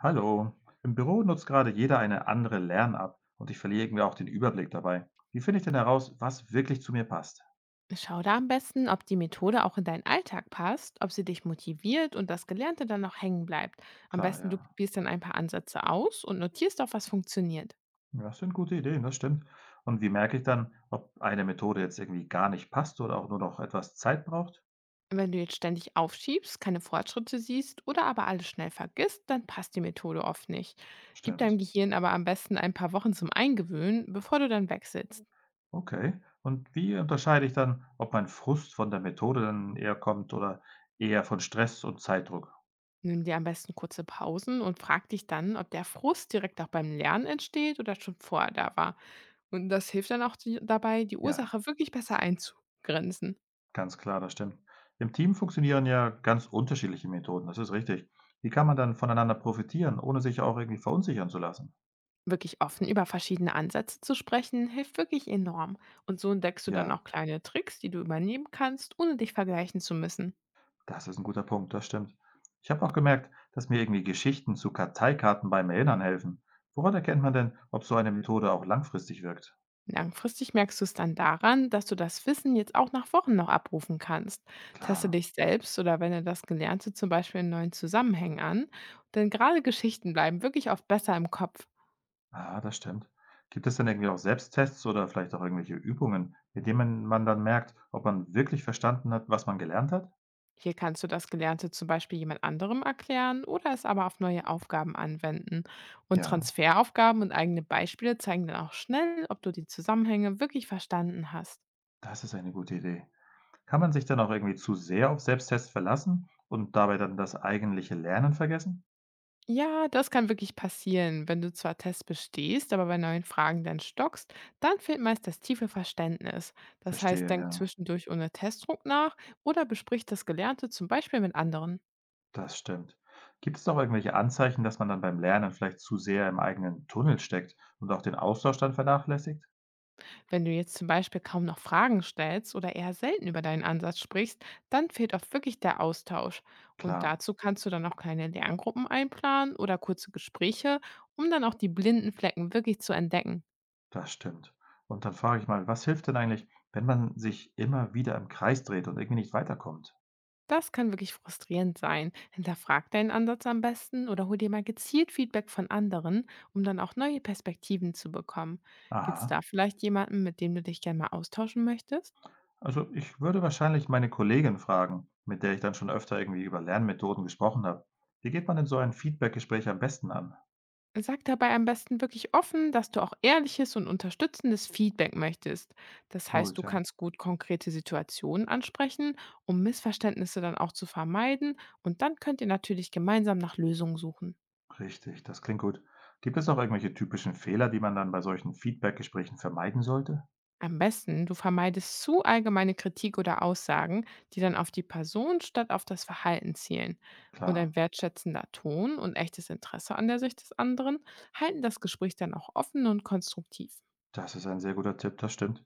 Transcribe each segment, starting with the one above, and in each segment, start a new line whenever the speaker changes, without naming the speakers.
Hallo. Im Büro nutzt gerade jeder eine andere Lern-App und ich verliere irgendwie auch den Überblick dabei. Wie finde ich denn heraus, was wirklich zu mir passt?
Schau da am besten, ob die Methode auch in deinen Alltag passt, ob sie dich motiviert und das Gelernte dann noch hängen bleibt. Am
Klar,
besten du
ja.
probierst dann ein paar Ansätze aus und notierst auch, was funktioniert.
Ja, das sind gute Ideen, das stimmt. Und wie merke ich dann, ob eine Methode jetzt irgendwie gar nicht passt oder auch nur noch etwas Zeit braucht?
Wenn du jetzt ständig aufschiebst, keine Fortschritte siehst oder aber alles schnell vergisst, dann passt die Methode oft nicht. Gib deinem
Stimmt.
Gehirn aber am besten ein paar Wochen zum Eingewöhnen, bevor du dann wechselst.
Okay. Und wie unterscheide ich dann, ob mein Frust von der Methode dann eher kommt oder eher von Stress und Zeitdruck?
Nimm dir am besten kurze Pausen und frag dich dann, ob der Frust direkt auch beim Lernen entsteht oder schon vorher da war. Und das hilft dann auch dabei, die
Ja.
Ursache wirklich besser einzugrenzen.
Ganz klar, das stimmt. Im Team funktionieren ja ganz unterschiedliche Methoden, das ist richtig. Wie kann man dann voneinander profitieren, ohne sich auch irgendwie verunsichern zu lassen?
Wirklich offen über verschiedene Ansätze zu sprechen, hilft wirklich enorm. Und so entdeckst du dann
Ja,
auch kleine Tricks, die du übernehmen kannst, ohne dich vergleichen zu müssen.
das ist ein guter Punkt, das stimmt. Ich habe auch gemerkt, dass mir irgendwie Geschichten zu Karteikarten beim Erinnern helfen. Woran erkennt man denn, ob so eine Methode auch langfristig wirkt?
Langfristig merkst du es dann daran, dass du das Wissen jetzt auch nach Wochen noch abrufen kannst. Teste
Klar,
dich selbst oder wende das Gelernte zum Beispiel in neuen Zusammenhängen an, denn gerade Geschichten bleiben wirklich oft besser im Kopf.
ah, das stimmt. Gibt es denn irgendwie auch Selbsttests oder vielleicht auch irgendwelche Übungen, mit denen man dann merkt, ob man wirklich verstanden hat, was man gelernt hat?
Hier kannst du das Gelernte zum Beispiel jemand anderem erklären oder es aber auf neue Aufgaben anwenden. Und
Ja,
Transferaufgaben und eigene Beispiele zeigen dann auch schnell, ob du die Zusammenhänge wirklich verstanden hast.
das ist eine gute Idee. Kann man sich dann auch irgendwie zu sehr auf Selbsttests verlassen und dabei dann das eigentliche Lernen vergessen?
Ja, das kann wirklich passieren. Wenn du zwar Tests bestehst, aber bei neuen Fragen dann stockst, dann fehlt meist das tiefe Verständnis. Das heißt,
Verstehe,
denk
ja,
zwischendurch ohne Testdruck nach oder besprich das Gelernte zum Beispiel mit anderen.
das stimmt. Gibt es auch irgendwelche Anzeichen, dass man dann beim Lernen vielleicht zu sehr im eigenen Tunnel steckt und auch den Austausch dann vernachlässigt?
Wenn du jetzt zum Beispiel kaum noch Fragen stellst oder eher selten über deinen Ansatz sprichst, dann fehlt oft wirklich der Austausch. Und
Klar,
dazu kannst du dann auch kleine Lerngruppen einplanen oder kurze Gespräche, um dann auch die blinden Flecken wirklich zu entdecken.
das stimmt. Und dann frage ich mal, was hilft denn eigentlich, wenn man sich immer wieder im Kreis dreht und irgendwie nicht weiterkommt?
Das kann wirklich frustrierend sein. Hinterfrag deinen Ansatz am besten oder hol dir mal gezielt Feedback von anderen, um dann auch neue Perspektiven zu bekommen. Gibt es da
Aha.
vielleicht jemanden, mit dem du dich gerne mal austauschen möchtest?
Also ich würde wahrscheinlich meine Kollegin fragen, mit der ich dann schon öfter irgendwie über Lernmethoden gesprochen habe. Wie geht man denn so ein Feedbackgespräch am besten an?
Sag dabei am besten wirklich offen, dass du auch ehrliches und unterstützendes Feedback möchtest. Das heißt, du
Gut, ja.
kannst gut konkrete Situationen ansprechen, um Missverständnisse dann auch zu vermeiden, und dann könnt ihr natürlich gemeinsam nach Lösungen suchen.
Richtig, das klingt gut. Gibt es noch irgendwelche typischen Fehler, die man dann bei solchen Feedback-Gesprächen vermeiden sollte?
Am besten, du vermeidest zu allgemeine Kritik oder Aussagen, die dann auf die Person statt auf das Verhalten zielen. Und
Klar,
ein wertschätzender Ton und echtes Interesse an der Sicht des anderen halten das Gespräch dann auch offen und konstruktiv.
das ist ein sehr guter Tipp, das stimmt.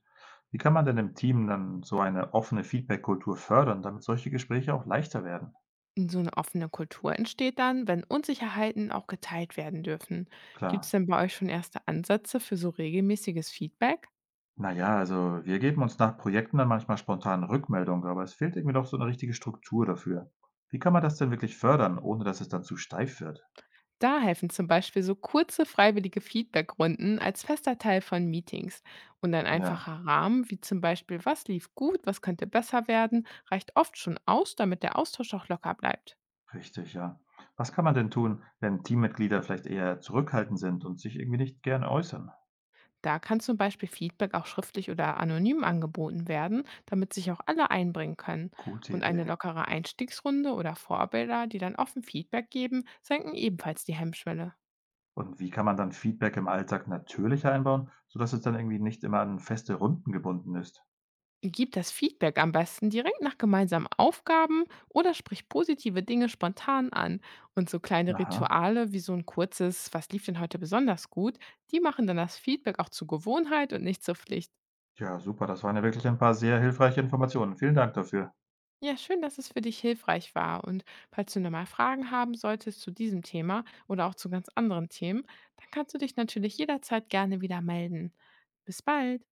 Wie kann man denn im Team dann so eine offene Feedback-Kultur fördern, damit solche Gespräche auch leichter werden?
Und so eine offene Kultur entsteht dann, wenn Unsicherheiten auch geteilt werden dürfen. Gibt es
Klar.
denn bei euch schon erste Ansätze für so regelmäßiges Feedback?
Naja, also wir geben uns nach Projekten dann manchmal spontan Rückmeldungen, aber es fehlt irgendwie doch so eine richtige Struktur dafür. Wie kann man das denn wirklich fördern, ohne dass es dann zu steif wird?
Da helfen zum Beispiel so kurze freiwillige Feedbackrunden als fester Teil von Meetings. Und ein
Ja,
einfacher Rahmen, wie zum Beispiel, was lief gut, was könnte besser werden, reicht oft schon aus, damit der Austausch auch locker bleibt.
richtig, ja. Was kann man denn tun, wenn Teammitglieder vielleicht eher zurückhaltend sind und sich irgendwie nicht gern äußern?
Da kann zum Beispiel Feedback auch schriftlich oder anonym angeboten werden, damit sich auch alle einbringen können.
Gute
Und eine
Idee.
lockere Einstiegsrunde oder Vorbilder, die dann offen Feedback geben, senken ebenfalls die Hemmschwelle.
Und wie kann man dann Feedback im Alltag natürlicher einbauen, sodass es dann irgendwie nicht immer an feste Runden gebunden ist?
Gib das Feedback am besten direkt nach gemeinsamen Aufgaben oder sprich positive Dinge spontan an. Und so kleine
Aha.
Rituale wie so ein kurzes, was lief denn heute besonders gut, die machen dann das Feedback auch zur Gewohnheit und nicht zur Pflicht.
Ja, super. Das waren ja wirklich ein paar sehr hilfreiche Informationen. Vielen Dank dafür.
Ja, schön, dass es für dich hilfreich war. Und falls du nochmal Fragen haben solltest zu diesem Thema oder auch zu ganz anderen Themen, dann kannst du dich natürlich jederzeit gerne wieder melden. Bis bald.